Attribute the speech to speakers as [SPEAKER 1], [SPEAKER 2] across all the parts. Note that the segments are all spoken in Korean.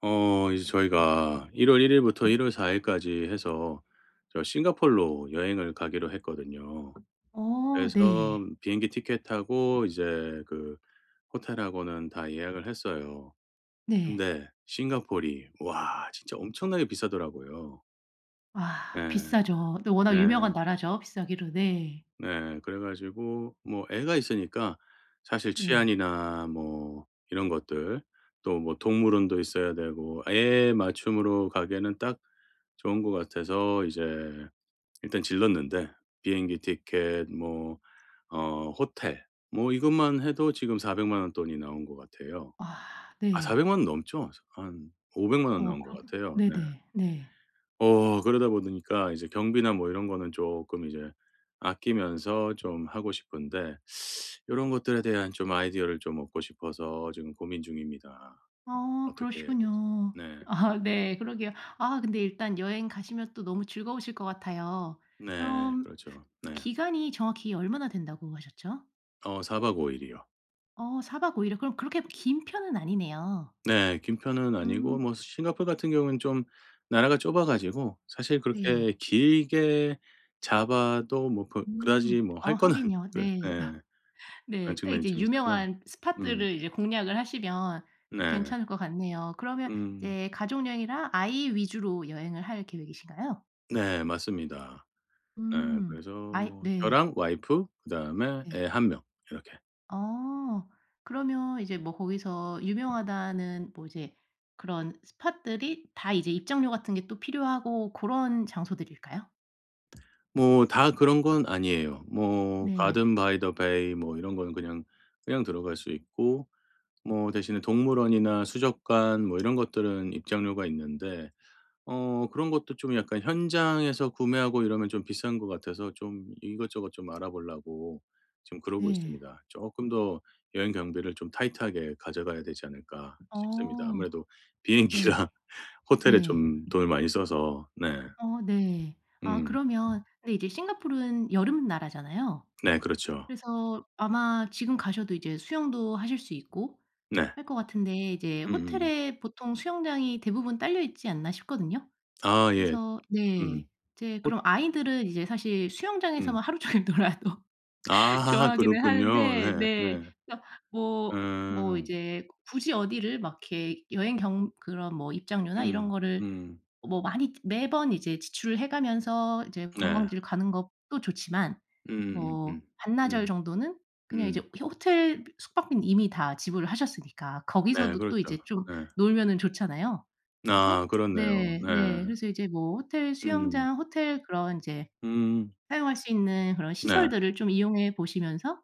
[SPEAKER 1] 어 이제 저희가 1월 1 일부터 1월 4 일까지 해서 저 싱가포르로 여행을 가기로 했거든요.
[SPEAKER 2] 어
[SPEAKER 1] 그래서
[SPEAKER 2] 네.
[SPEAKER 1] 비행기 티켓하고 이제 그 호텔하고는 다 예약을 했어요.
[SPEAKER 2] 네.
[SPEAKER 1] 근데 싱가포르이 와 진짜 엄청나게 비싸더라고요.
[SPEAKER 2] 아
[SPEAKER 1] 네.
[SPEAKER 2] 비싸죠. 네
[SPEAKER 1] 네.
[SPEAKER 2] 워낙 유명한 나라죠, 비싸기로. 네.
[SPEAKER 1] 네. 그래 가지고 뭐 애가 있으니까 사실
[SPEAKER 2] 네.
[SPEAKER 1] 치안이나 뭐 이런 것들 또 뭐 동물원도 있어야 되고 애 맞춤으로 가기에는 딱 좋은 것 같아서 이제 일단 질렀는데 비행기 티켓 뭐 어 호텔 뭐 이것만 해도 지금 400만 원 돈이 나온 것 같아요.
[SPEAKER 2] 아
[SPEAKER 1] 아 4 0
[SPEAKER 2] 네.
[SPEAKER 1] 0만원 넘죠? 한 500만 원
[SPEAKER 2] 어
[SPEAKER 1] 나온 것
[SPEAKER 2] 그러게.
[SPEAKER 1] 같아요. 네.
[SPEAKER 2] 네네. 네.
[SPEAKER 1] 어 그러다 보니까 이제 경비나 뭐 이런 거는 조금 이제 아끼면서 좀 하고 싶은데 이런 것들에 대한 좀 아이디어를 좀 얻고 싶어서 지금 고민 중입니다.
[SPEAKER 2] 아
[SPEAKER 1] 어떻게 해야 되지?
[SPEAKER 2] 그러시군요.
[SPEAKER 1] 네.
[SPEAKER 2] 아 네 그러게요. 아 근데 일단 여행 가시면 또 너무 즐거우실 것 같아요.
[SPEAKER 1] 네.
[SPEAKER 2] 그럼
[SPEAKER 1] 그렇죠. 네.
[SPEAKER 2] 기간이 정확히 얼마나 된다고 하셨죠?
[SPEAKER 1] 어 4 박 5 일이요.
[SPEAKER 2] 어 사박오 일이요. 그럼 그렇게 긴 편은 아니네요.
[SPEAKER 1] 네. 긴 편은 아니고
[SPEAKER 2] 음
[SPEAKER 1] 뭐 싱가포르 같은 경우는 좀 나라가 좁아 가지고 사실 그렇게
[SPEAKER 2] 네.
[SPEAKER 1] 길게 잡아도 뭐 그
[SPEAKER 2] 음.
[SPEAKER 1] 그다지 뭐
[SPEAKER 2] 어
[SPEAKER 1] 할 거는
[SPEAKER 2] 하긴요.
[SPEAKER 1] 그래
[SPEAKER 2] 네.
[SPEAKER 1] 네. 그런
[SPEAKER 2] 네. 딱
[SPEAKER 1] 측면이
[SPEAKER 2] 이제
[SPEAKER 1] 좀 있어서.
[SPEAKER 2] 유명한 스팟들을
[SPEAKER 1] 음.
[SPEAKER 2] 이제 공략을 하시면
[SPEAKER 1] 네.
[SPEAKER 2] 괜찮을 것 같네요. 그러면
[SPEAKER 1] 음.
[SPEAKER 2] 이제 가족 여행이랑 아이 위주로 여행을 할 계획이신가요?
[SPEAKER 1] 네. 맞습니다. 네.
[SPEAKER 2] 음.
[SPEAKER 1] 그래서
[SPEAKER 2] 아이
[SPEAKER 1] 뭐
[SPEAKER 2] 네.
[SPEAKER 1] 저랑 와이프 그다음에
[SPEAKER 2] 네.
[SPEAKER 1] 애 한 명 이렇게.
[SPEAKER 2] 어. 그러면 이제 뭐 거기서 유명하다는 뭐 이제 그런 스팟들이 다 이제 입장료 같은 게 또 필요하고 고런 장소들일까요?
[SPEAKER 1] 뭐 다 그런 건 아니에요. 뭐
[SPEAKER 2] 네.
[SPEAKER 1] 가든 바이 더 베이 뭐 이런 거는 그냥, 그냥 들어갈 수 있고 뭐 대신에 동물원이나 수족관 뭐 이런 것들은 입장료가 있는데 어 그런 것도 좀 약간 현장에서 구매하고 이러면 좀 비싼 것 같아서 좀 이것저것 좀 알아보려고 지금 그러고
[SPEAKER 2] 네.
[SPEAKER 1] 있습니다. '조금 더 여행 경비를 좀 타이트하게 가져가야 되지 않을까.' 싶습니다.
[SPEAKER 2] 어.
[SPEAKER 1] 아무래도
[SPEAKER 2] 네.
[SPEAKER 1] 비행기랑 호텔에
[SPEAKER 2] 네.
[SPEAKER 1] 좀 돈을 많이 써서 네.
[SPEAKER 2] 어 네. 아
[SPEAKER 1] 음.
[SPEAKER 2] 그러면 근데 이제 싱가포르는 여름 나라잖아요.
[SPEAKER 1] 네 그렇죠.
[SPEAKER 2] 그래서 아마 지금 가셔도 이제 수영도 하실 수 있고
[SPEAKER 1] 네.
[SPEAKER 2] 할 것 같은데 이제
[SPEAKER 1] 음음.
[SPEAKER 2] 호텔에 보통 수영장이 대부분 딸려 있지 않나 싶거든요.
[SPEAKER 1] 아 예.
[SPEAKER 2] 그래서 네.
[SPEAKER 1] 음.
[SPEAKER 2] 이제
[SPEAKER 1] 호
[SPEAKER 2] 그럼 아이들은 이제 사실
[SPEAKER 1] 음.
[SPEAKER 2] 수영장에서만 하루 종일 놀아도
[SPEAKER 1] 아
[SPEAKER 2] 좋아하기는
[SPEAKER 1] 그렇군요.
[SPEAKER 2] 하는데
[SPEAKER 1] 네.
[SPEAKER 2] 네.
[SPEAKER 1] 네.
[SPEAKER 2] 그러니까 뭐 뭐
[SPEAKER 1] 음.
[SPEAKER 2] 이제 굳이 어디를 막 이렇게 여행 경 그런 뭐 입장료나 이런
[SPEAKER 1] 음.
[SPEAKER 2] 거를
[SPEAKER 1] 음.
[SPEAKER 2] 뭐 많이 매번 이제 지출을 해 가면서 이제
[SPEAKER 1] 네.
[SPEAKER 2] 관광지를 가는 것도 좋지만
[SPEAKER 1] 음음음.
[SPEAKER 2] 뭐 반나절
[SPEAKER 1] 음.
[SPEAKER 2] 정도는 그냥 이제
[SPEAKER 1] 음.
[SPEAKER 2] 호텔 숙박비는 이미 다 지불을 하셨으니까
[SPEAKER 1] 네.
[SPEAKER 2] 거기서도 또
[SPEAKER 1] 그렇죠.
[SPEAKER 2] 이제 좀
[SPEAKER 1] 네.
[SPEAKER 2] 놀면은 좋잖아요. 그래서
[SPEAKER 1] 아 그렇네요.
[SPEAKER 2] 네
[SPEAKER 1] 네.
[SPEAKER 2] 네. 그래서 이제 뭐 호텔
[SPEAKER 1] 음.
[SPEAKER 2] 수영장, 호텔 그런 이제
[SPEAKER 1] 음.
[SPEAKER 2] 사용할 수 있는 그런
[SPEAKER 1] 네.
[SPEAKER 2] 시설들을 좀 이용해 보시면서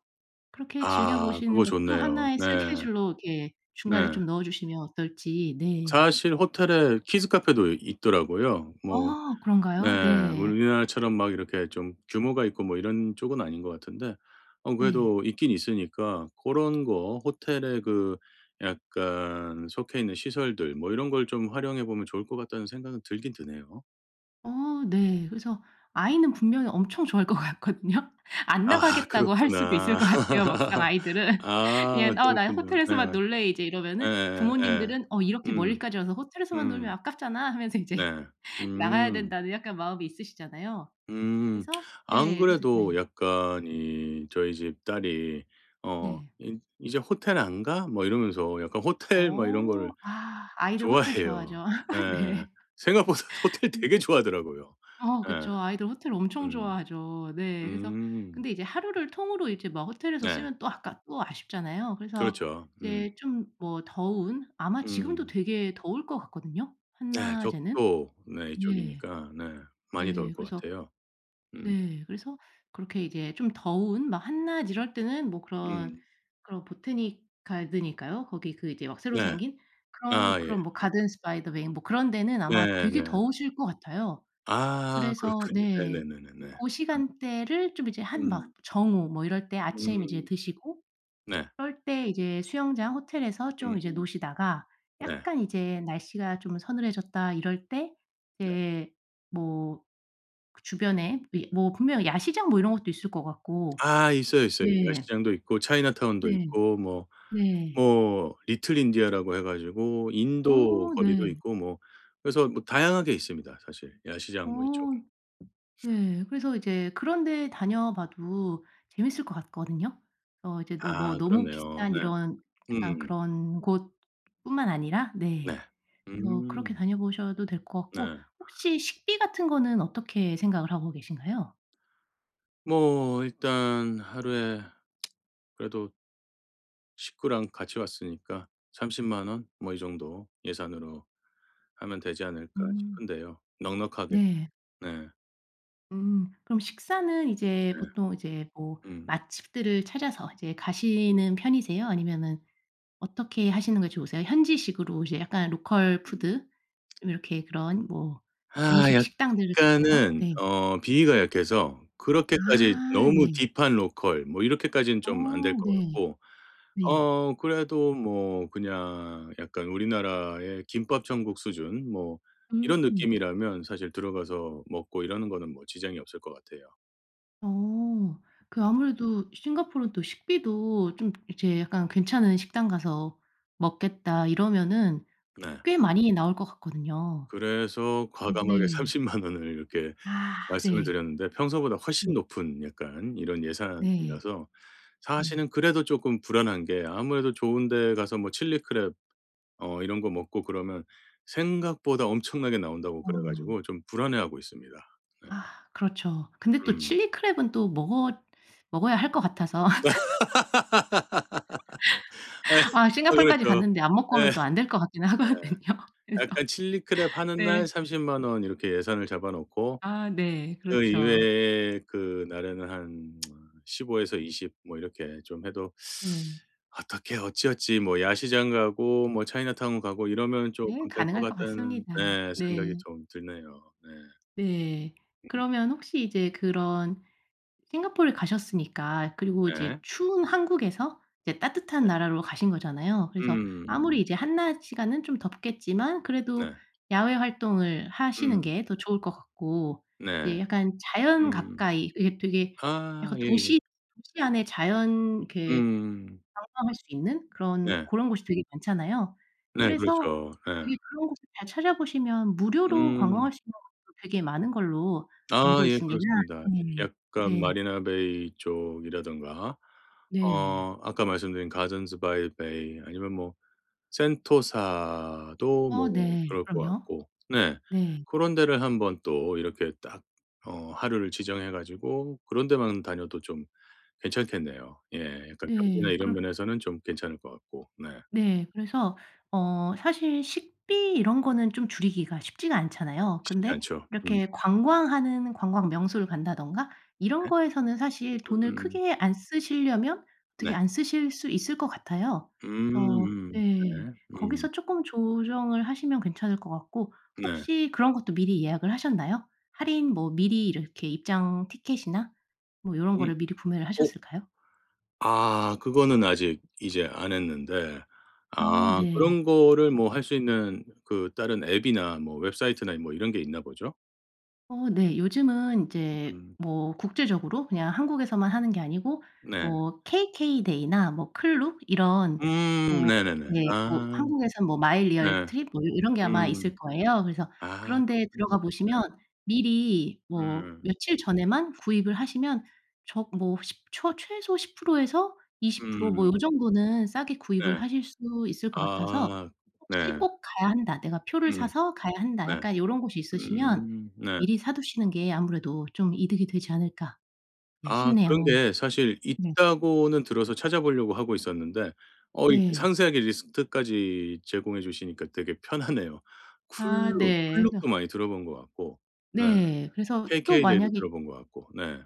[SPEAKER 2] 그렇게 즐겨
[SPEAKER 1] 아
[SPEAKER 2] 보시는
[SPEAKER 1] 그거
[SPEAKER 2] 것도
[SPEAKER 1] 좋네요.
[SPEAKER 2] 하나의
[SPEAKER 1] 네.
[SPEAKER 2] 스케줄로 이렇게 중간에
[SPEAKER 1] 네.
[SPEAKER 2] 좀 넣어 주시면 어떨지. 네.
[SPEAKER 1] 사실 호텔에 키즈 카페도 있더라고요. 뭐
[SPEAKER 2] 아
[SPEAKER 1] 네.
[SPEAKER 2] 그런가요? 네.
[SPEAKER 1] 우리나라처럼 막 이렇게 좀 규모가 있고 뭐 이런 쪽은 아닌 것 같은데 어
[SPEAKER 2] 네.
[SPEAKER 1] 그래도 있긴 있으니까 그런 거 호텔에 그 약간 속해 있는 시설들 뭐 이런 걸 좀 활용해 보면 좋을 것 같다는 생각은 들긴 드네요.
[SPEAKER 2] 어 네. 그래서 아이는 분명히 엄청 좋아할 것 같거든요. 안
[SPEAKER 1] 아
[SPEAKER 2] 나가겠다고 할 수도 있을
[SPEAKER 1] 그렇구나.
[SPEAKER 2] 것 같아요, 막상 아이들은.
[SPEAKER 1] 아
[SPEAKER 2] 그냥 "어 나
[SPEAKER 1] 그렇군요. 네.
[SPEAKER 2] 호텔에서만 놀래." 이제
[SPEAKER 1] 예
[SPEAKER 2] 이러면은
[SPEAKER 1] 예 예.
[SPEAKER 2] 부모님들은 '어 이렇게
[SPEAKER 1] 음.
[SPEAKER 2] 멀리까지 와서 호텔에서만 놀면
[SPEAKER 1] 음.
[SPEAKER 2] 아깝잖아.' 하면서 이제
[SPEAKER 1] 네.
[SPEAKER 2] 나가야
[SPEAKER 1] 음.
[SPEAKER 2] 된다는 약간 마음이 있으시잖아요.
[SPEAKER 1] 음.
[SPEAKER 2] 그래서
[SPEAKER 1] 안
[SPEAKER 2] 네. 그래서
[SPEAKER 1] 그래도
[SPEAKER 2] 네.
[SPEAKER 1] 약간 이 저희 집 딸이 어
[SPEAKER 2] 네.
[SPEAKER 1] "이 이제 호텔 안 가?" 뭐 이러면서 약간 호텔 뭐 이런
[SPEAKER 2] 어.
[SPEAKER 1] 거를
[SPEAKER 2] 아 아이들 호텔
[SPEAKER 1] 좋아해요.
[SPEAKER 2] 좋아하죠.
[SPEAKER 1] 네. 생각보다 호텔
[SPEAKER 2] 네.
[SPEAKER 1] 되게 좋아하더라고요.
[SPEAKER 2] 어
[SPEAKER 1] 네
[SPEAKER 2] 그쵸. 아이들 호텔 엄청
[SPEAKER 1] 음.
[SPEAKER 2] 좋아하죠. 네. 그래서
[SPEAKER 1] 음.
[SPEAKER 2] 근데 이제 하루를 통으로 이제 막 호텔에서
[SPEAKER 1] 네.
[SPEAKER 2] 쓰면 또 아까 또 아쉽잖아요. 그래서
[SPEAKER 1] 그렇죠. 음.
[SPEAKER 2] 이제 좀 뭐 더운 아마 지금도
[SPEAKER 1] 음.
[SPEAKER 2] 되게 더울 것 같거든요,
[SPEAKER 1] 네.
[SPEAKER 2] 한낮에는.
[SPEAKER 1] 적도 네
[SPEAKER 2] 네.
[SPEAKER 1] 이쪽이니까 네 많이 더울
[SPEAKER 2] 네.
[SPEAKER 1] 것
[SPEAKER 2] 그래서
[SPEAKER 1] 같아요. 음.
[SPEAKER 2] 네. 그래서 그렇게 이제 좀 더운 막 한낮 이럴 때는 뭐 그런
[SPEAKER 1] 음.
[SPEAKER 2] 그런 보테니 가드니까요. 거기 그 이제 막 새로
[SPEAKER 1] 네.
[SPEAKER 2] 생긴
[SPEAKER 1] 아
[SPEAKER 2] 그런
[SPEAKER 1] 예.
[SPEAKER 2] 그런 뭐 가든 스바이 더웨뭐 그런 데는 아마 되게
[SPEAKER 1] 네네.
[SPEAKER 2] 더우실 것 같아요.
[SPEAKER 1] 아
[SPEAKER 2] 그래서
[SPEAKER 1] 그렇군요.
[SPEAKER 2] 네.
[SPEAKER 1] 네네네네네. 음.
[SPEAKER 2] 고 시간대를 좀 이제 한 막
[SPEAKER 1] 음.
[SPEAKER 2] 정오 뭐 이럴 때 아침 이제
[SPEAKER 1] 음.
[SPEAKER 2] 드시고
[SPEAKER 1] 네.
[SPEAKER 2] 그럴 때 이제 수영장 호텔에서 좀 이제
[SPEAKER 1] 음음.
[SPEAKER 2] 노시다가
[SPEAKER 1] 네.
[SPEAKER 2] 약간 이제 날씨가 좀 서늘해졌다 이럴 때
[SPEAKER 1] 네.
[SPEAKER 2] 이제 뭐 그 주변에 이 뭐 분명 야시장 뭐 이런 것도 있을 것 같고.
[SPEAKER 1] 아 있어요, 있어요.
[SPEAKER 2] 네.
[SPEAKER 1] 야시장도 있고 차이나타운도
[SPEAKER 2] 네.
[SPEAKER 1] 있고 뭐
[SPEAKER 2] 네.
[SPEAKER 1] 뭐 리틀 인디아라고 해 가지고 인도
[SPEAKER 2] 어
[SPEAKER 1] 거리도
[SPEAKER 2] 네.
[SPEAKER 1] 있고 뭐 그래서 뭐 다양하게 있습니다 사실.
[SPEAKER 2] 어
[SPEAKER 1] 야시장 뭐 이쪽은.
[SPEAKER 2] 네. 그래서 이제 그런 데 다녀봐도 재밌을 것 같거든요. 어 이제 너 뭐
[SPEAKER 1] 아
[SPEAKER 2] 너무
[SPEAKER 1] 그렇네요.
[SPEAKER 2] 비싼
[SPEAKER 1] 네.
[SPEAKER 2] 이런 약간
[SPEAKER 1] 음.
[SPEAKER 2] 그런 곳뿐만 아니라 네.
[SPEAKER 1] 네.
[SPEAKER 2] 그래서 그렇게
[SPEAKER 1] 음.
[SPEAKER 2] 다녀보셔도 될 것 같고
[SPEAKER 1] 네.
[SPEAKER 2] 혹시 식비 같은 거는 어떻게 생각을 하고 계신가요?
[SPEAKER 1] 뭐 일단 하루에 그래도 식구랑 같이 왔으니까 30만 원 뭐 이 정도 예산으로 하면 되지 않을까
[SPEAKER 2] 음.
[SPEAKER 1] 싶은데요. 넉넉하게.
[SPEAKER 2] 네.
[SPEAKER 1] 네.
[SPEAKER 2] 음. 그럼 식사는 이제
[SPEAKER 1] 네.
[SPEAKER 2] 보통 이제 뭐
[SPEAKER 1] 음.
[SPEAKER 2] 맛집들을 찾아서 이제 가시는 편이세요? 아니면은 어떻게 하시는 게 좋으세요? 현지식으로 이제 약간 로컬 푸드 좀 이렇게 그런 뭐
[SPEAKER 1] 아
[SPEAKER 2] 음식 식당들을 가시나요?
[SPEAKER 1] 약간은
[SPEAKER 2] 네.
[SPEAKER 1] 어 비위가 약해서 그렇게까지
[SPEAKER 2] 아
[SPEAKER 1] 너무
[SPEAKER 2] 네.
[SPEAKER 1] 딥한 로컬 뭐 이렇게까지는
[SPEAKER 2] 어
[SPEAKER 1] 좀 안 될 것
[SPEAKER 2] 네.
[SPEAKER 1] 같고
[SPEAKER 2] 네.
[SPEAKER 1] 어 그래도 뭐 그냥 약간 우리나라의 김밥 천국 수준 뭐
[SPEAKER 2] 음.
[SPEAKER 1] 이런 느낌이라면 사실 들어가서 먹고 이러는 거는 뭐 지장이 없을 것 같아요.
[SPEAKER 2] 어. 그 아무래도 싱가포르는 또 식비도 좀 이제 약간 괜찮은 식당 가서 먹겠다 이러면은
[SPEAKER 1] 네.
[SPEAKER 2] 꽤 많이 나올 것 같거든요.
[SPEAKER 1] 그래서 과감하게 3
[SPEAKER 2] 네.
[SPEAKER 1] 0만 원을 이렇게
[SPEAKER 2] 아
[SPEAKER 1] 말씀을
[SPEAKER 2] 네.
[SPEAKER 1] 드렸는데 평소보다 훨씬
[SPEAKER 2] 네.
[SPEAKER 1] 높은 약간 이런
[SPEAKER 2] 네.
[SPEAKER 1] 예산이라서
[SPEAKER 2] 네.
[SPEAKER 1] 사실은 그래도 쪼끔 불안한 게 아무래도 좋은 데 가서 뭐 칠리 크랩 어 이런 거 먹고 그러면 생각보다 엄청나게 나온다고
[SPEAKER 2] 어.
[SPEAKER 1] 그래 가지고 좀 불안해하고 있습니다. 네.
[SPEAKER 2] 아 그렇죠. 근데 또
[SPEAKER 1] 음.
[SPEAKER 2] 칠리 크랩은 또 먹어야 할 것 같아서
[SPEAKER 1] 예.
[SPEAKER 2] 아
[SPEAKER 1] 아
[SPEAKER 2] 싱가포르까지
[SPEAKER 1] 그렇죠.
[SPEAKER 2] 갔는데 안 먹고
[SPEAKER 1] 예.
[SPEAKER 2] 오면 또 안 될 것 같기는 하거든요. 그래서
[SPEAKER 1] 약간 칠리 크랩 하는 날
[SPEAKER 2] 네.
[SPEAKER 1] 30만 원 이렇게 예산을 잡아 놓고
[SPEAKER 2] 아 네.
[SPEAKER 1] 그
[SPEAKER 2] 그렇죠.
[SPEAKER 1] 이외에 그 날에는 한 15에서 20 뭐 이렇게 좀 해도
[SPEAKER 2] 네.
[SPEAKER 1] 어떻게 어찌어찌 뭐 야시장 가고 뭐 차이나타운 가고 이러면
[SPEAKER 2] 네
[SPEAKER 1] 쪼끔 될 것
[SPEAKER 2] 가능할 것
[SPEAKER 1] 같다는
[SPEAKER 2] 같습니다.
[SPEAKER 1] 네
[SPEAKER 2] 네.
[SPEAKER 1] 생각이 좀 드네요.
[SPEAKER 2] 네. 그러면 혹시 이제 그런 싱가포르에 가셨으니까 그리고
[SPEAKER 1] 네.
[SPEAKER 2] 이제
[SPEAKER 1] 네.
[SPEAKER 2] 추운 한국에서 이제 따뜻한
[SPEAKER 1] 네.
[SPEAKER 2] 나라로 가신 거잖아요. 그래서
[SPEAKER 1] 음.
[SPEAKER 2] 아무리 이제 한낮 시간은 좀 덥겠지만 그래도
[SPEAKER 1] 네.
[SPEAKER 2] 야외 활동을 하시는
[SPEAKER 1] 음.
[SPEAKER 2] 게 더 좋을 것 같고
[SPEAKER 1] 네.
[SPEAKER 2] 이제 약간 자연
[SPEAKER 1] 음.
[SPEAKER 2] 가까이 이게 되게
[SPEAKER 1] 아
[SPEAKER 2] 약간
[SPEAKER 1] 예예.
[SPEAKER 2] 도시 안에 자연 그
[SPEAKER 1] 음.
[SPEAKER 2] 관광할 수 있는 그런
[SPEAKER 1] 네.
[SPEAKER 2] 고런 곳이 되게 많잖아요.
[SPEAKER 1] 네
[SPEAKER 2] 그래서
[SPEAKER 1] 그렇죠. 네.
[SPEAKER 2] 되게 그런 곳을 잘 찾아보시면 무료로
[SPEAKER 1] 음.
[SPEAKER 2] 관광할 수 있는 곳도 되게 많은 걸로
[SPEAKER 1] 아
[SPEAKER 2] 알고
[SPEAKER 1] 예
[SPEAKER 2] 있습니다.
[SPEAKER 1] 그렇습니다.
[SPEAKER 2] 네.
[SPEAKER 1] 약간
[SPEAKER 2] 네.
[SPEAKER 1] 마리나 베이 쪽이라든가
[SPEAKER 2] 네.
[SPEAKER 1] 어 아까 말씀드린 가든스 바이 베이 아니면 뭐 센토사도
[SPEAKER 2] 어
[SPEAKER 1] 뭐
[SPEAKER 2] 네.
[SPEAKER 1] 그럴 것
[SPEAKER 2] 그럼요.
[SPEAKER 1] 같고 네.
[SPEAKER 2] 네.
[SPEAKER 1] 그런 데를 한번 또 이렇게 딱 어 하루를 지정해 가지고 그런 데만 다녀도 좀 괜찮겠네요. 예. 약간 경비나
[SPEAKER 2] 네.
[SPEAKER 1] 이런
[SPEAKER 2] 그럼
[SPEAKER 1] 면에서는 좀 괜찮을 것 같고. 네.
[SPEAKER 2] 네. 그래서 어 사실 식비 이런 거는 좀 줄이기가 쉽지가 않잖아요.
[SPEAKER 1] 쉽지
[SPEAKER 2] 근데
[SPEAKER 1] 않죠.
[SPEAKER 2] 이렇게 관광하는 관광 명소를 간다든가 이런
[SPEAKER 1] 네.
[SPEAKER 2] 거에서는 사실 돈을
[SPEAKER 1] 음.
[SPEAKER 2] 크게 안 쓰시려면
[SPEAKER 1] 네.
[SPEAKER 2] 어떻게 안 쓰실 수 있을 것 같아요. 어
[SPEAKER 1] 음음.
[SPEAKER 2] 네.
[SPEAKER 1] 네. 음.
[SPEAKER 2] 거기서 쪼끔 조정을 하시면 괜찮을 것 같고
[SPEAKER 1] 네.
[SPEAKER 2] 혹시 그런 것도 미리 예약을 하셨나요? 할인 뭐 미리 이렇게 입장 티켓이나 뭐 요런
[SPEAKER 1] 음.
[SPEAKER 2] 거를 미리 구매를
[SPEAKER 1] 어
[SPEAKER 2] 하셨을까요?
[SPEAKER 1] 아 그거는 아직 이제 안 했는데
[SPEAKER 2] 어
[SPEAKER 1] 아
[SPEAKER 2] 네.
[SPEAKER 1] 그런 거를 뭐 할 수 있는 그 다른 앱이나 뭐 웹사이트나 뭐 이런 게 있나 보죠?
[SPEAKER 2] 어 네. 요즘은 이제
[SPEAKER 1] 음
[SPEAKER 2] 뭐 국제적으로 그냥 한국에서만 하는 게 아니고
[SPEAKER 1] 네.
[SPEAKER 2] 뭐 KK 데이나 뭐 클룩 이런
[SPEAKER 1] 네네네.
[SPEAKER 2] 네. 뭐
[SPEAKER 1] 아
[SPEAKER 2] 한국에선 뭐 마이 리얼
[SPEAKER 1] 네.
[SPEAKER 2] 트립 뭐 이런 게 아마
[SPEAKER 1] 음.
[SPEAKER 2] 있을 거예요. 그래서
[SPEAKER 1] 아
[SPEAKER 2] 그런 데
[SPEAKER 1] 그렇군요.
[SPEAKER 2] 들어가 보시면 미리 뭐
[SPEAKER 1] 음.
[SPEAKER 2] 며칠 전에만 구입을 하시면 적 뭐 십 초 최소 10% 에서 20% 뭐 요
[SPEAKER 1] 음
[SPEAKER 2] 정도는 싸게 구입을
[SPEAKER 1] 네.
[SPEAKER 2] 하실 수 있을 것 같아서
[SPEAKER 1] 아
[SPEAKER 2] 혹시
[SPEAKER 1] 네.
[SPEAKER 2] '꼭 가야 한다. 내가 표를
[SPEAKER 1] 음
[SPEAKER 2] 사서 가야 한다.'
[SPEAKER 1] 네.
[SPEAKER 2] 약간 요런 곳이 있으시면
[SPEAKER 1] 네.
[SPEAKER 2] 미리 사 두시는 게 아무래도 좀 이득이 되지 않을까 네
[SPEAKER 1] 아
[SPEAKER 2] 싶네요.
[SPEAKER 1] 그런데 사실
[SPEAKER 2] 네.
[SPEAKER 1] 있다고는 들어서 찾아보려고 하고 있었는데 어 이렇게
[SPEAKER 2] 네.
[SPEAKER 1] 상세하게 리스트까지 제공해 주시니까 되게 편하네요.
[SPEAKER 2] 아
[SPEAKER 1] 쿨룩,
[SPEAKER 2] 네. 그래서
[SPEAKER 1] 쿨룩도 많이 들어본 것 같고 네.
[SPEAKER 2] 네. 그래서 또
[SPEAKER 1] KK대도
[SPEAKER 2] 만약에
[SPEAKER 1] 들어본 것 같고 네.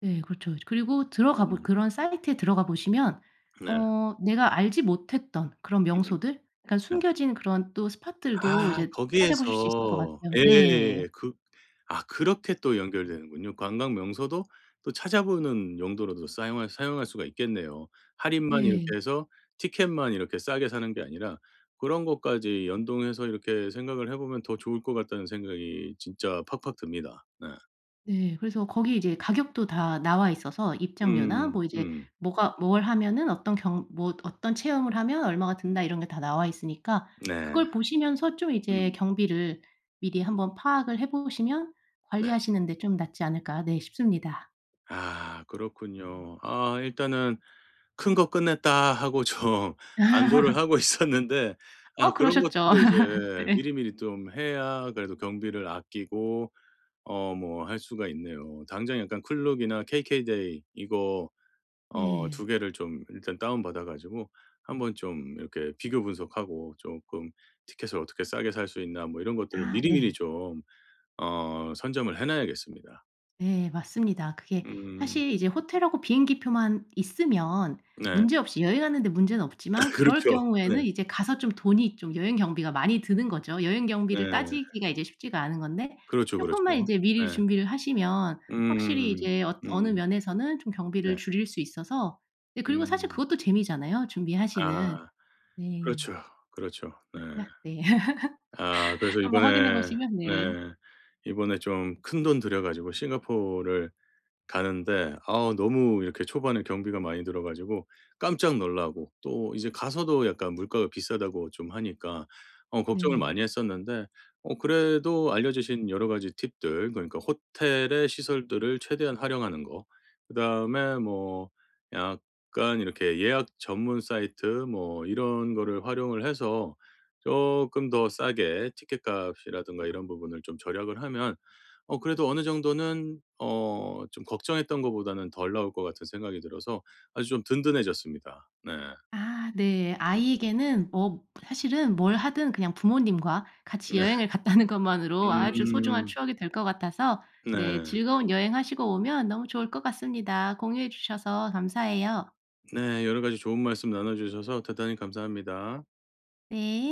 [SPEAKER 2] 네 그렇죠. 그리고 들어가 보
[SPEAKER 1] 음
[SPEAKER 2] 그런 사이트에 들어가 보시면
[SPEAKER 1] 네.
[SPEAKER 2] 어 내가 알지 못했던 그런
[SPEAKER 1] 음음.
[SPEAKER 2] 명소들 약간
[SPEAKER 1] 네.
[SPEAKER 2] 숨겨진 그런 또 스팟들도
[SPEAKER 1] 아
[SPEAKER 2] 이제 찾아보실 수 있을 것
[SPEAKER 1] 거기에서
[SPEAKER 2] 같아요.
[SPEAKER 1] 예.
[SPEAKER 2] 네.
[SPEAKER 1] 예, 예. 그 아 그렇게 또 연결되는군요. 관광 명소도 또 찾아보는 용도로도 사용할 수가 있겠네요. 할인만
[SPEAKER 2] 네.
[SPEAKER 1] 이렇게 해서 티켓만 이렇게 싸게 사는 게 아니라 그런 것까지 연동해서 이렇게 생각을 해 보면 더 좋을 것 같다는 생각이 진짜 팍팍 듭니다. 네.
[SPEAKER 2] 네. 그래서 거기 이제 가격도 다 나와 있어서 입장료나
[SPEAKER 1] 음.
[SPEAKER 2] 뭐 이제
[SPEAKER 1] 음.
[SPEAKER 2] 뭐가 뭘 하면은 어떤 경 뭐 어떤 체험을 하면 얼마가 든다 이런 게 다 나와 있으니까
[SPEAKER 1] 네.
[SPEAKER 2] 그걸 보시면서 좀
[SPEAKER 1] 음. 네.
[SPEAKER 2] 이제 경비를 미리 한번 파악을 해 보시면 관리하시는 데 좀 낫지 않을까 네 싶습니다.
[SPEAKER 1] 아 그렇군요. 아 일단은 '큰 거 끝냈다.' 하고 좀 안도를 하고 있었는데 아
[SPEAKER 2] 어
[SPEAKER 1] 그런
[SPEAKER 2] 그러셨죠.
[SPEAKER 1] 것들도 이제
[SPEAKER 2] 네.
[SPEAKER 1] 미리미리 좀 해야 그래도 경비를 아끼고 어 뭐 할 수가 있네요. 당장 약간 클룩이나 케이케이데이 이거 어
[SPEAKER 2] 네.
[SPEAKER 1] 두 개를 좀 일단 다운 받아 가지고 한번 좀 이렇게 비교 분석하고 조금 '티켓을 어떻게 싸게 살 수 있나.' 뭐 이런 것들을
[SPEAKER 2] 아
[SPEAKER 1] 미리미리
[SPEAKER 2] 네.
[SPEAKER 1] 좀 어 선점을 해 놔야겠습니다.
[SPEAKER 2] 네 맞습니다. 그게
[SPEAKER 1] 음
[SPEAKER 2] 사실 이제 호텔하고 비행기표만 있으면
[SPEAKER 1] 네.
[SPEAKER 2] 문제없이 여행 하는데 문제는 없지만 그럴
[SPEAKER 1] 그렇죠. 네.
[SPEAKER 2] 경우에는 이제 가서 좀 돈이 좀 여행 경비가 많이 드는 거죠. 여행 경비를
[SPEAKER 1] 네.
[SPEAKER 2] 따지기가 이제 쉽지가 않은 건데
[SPEAKER 1] 그렇죠,
[SPEAKER 2] 조금
[SPEAKER 1] 그렇죠.
[SPEAKER 2] 만 이제 미리
[SPEAKER 1] 네.
[SPEAKER 2] 준비를 하시면 확실히
[SPEAKER 1] 음.
[SPEAKER 2] 이제 어 어느
[SPEAKER 1] 음.
[SPEAKER 2] 면에서는 좀 경비를
[SPEAKER 1] 네.
[SPEAKER 2] 줄일 수 있어서 네 그리고 사실
[SPEAKER 1] 음.
[SPEAKER 2] 그것도 재미잖아요 준비하시는.
[SPEAKER 1] 아.
[SPEAKER 2] 네.
[SPEAKER 1] 그렇죠, 그렇죠. 네.
[SPEAKER 2] 그러니까 네.
[SPEAKER 1] 아 그래서
[SPEAKER 2] 한번 확인해
[SPEAKER 1] 이번에
[SPEAKER 2] 보시면 네.
[SPEAKER 1] 네 이번에 좀 큰돈 들여 가지고 싱가포르를 가는데 아우 너무 이렇게 초반에 경비가 많이 들어 가지고 깜짝 놀라고 또 이제 가서도 약간 물가가 비싸다고 좀 하니까 어 걱정을
[SPEAKER 2] 네.
[SPEAKER 1] 많이 했었는데 어 그래도 알려 주신 여러 가지 팁들 그러니까 호텔의 시설들을 최대한 활용하는 거 그다음에 뭐 약간 이렇게 예약 전문 사이트 뭐 이런 거를 활용을 해서 조금 더 싸게 티켓값이라든가 이런 부분을 좀 절약을 하면 어 그래도 어느 정도는 어 좀 걱정했던 것보다는 덜 나올 것 같은 생각이 들어서 아주 좀 든든해졌습니다. 네.
[SPEAKER 2] 아 네. 아이에게는 뭐 사실은 뭘 하든 그냥 부모님과 같이
[SPEAKER 1] 네.
[SPEAKER 2] 여행을 갔다는 것만으로 아주 소중한
[SPEAKER 1] 음.
[SPEAKER 2] 추억이 될 것 같아서 네
[SPEAKER 1] 네.
[SPEAKER 2] 즐거운 여행하시고 오면 너무 좋을 것 같습니다. 공유해 주셔서 감사해요.
[SPEAKER 1] 네. 여러 가지 좋은 말씀 나눠 주셔서 대단히 감사합니다.
[SPEAKER 2] 네.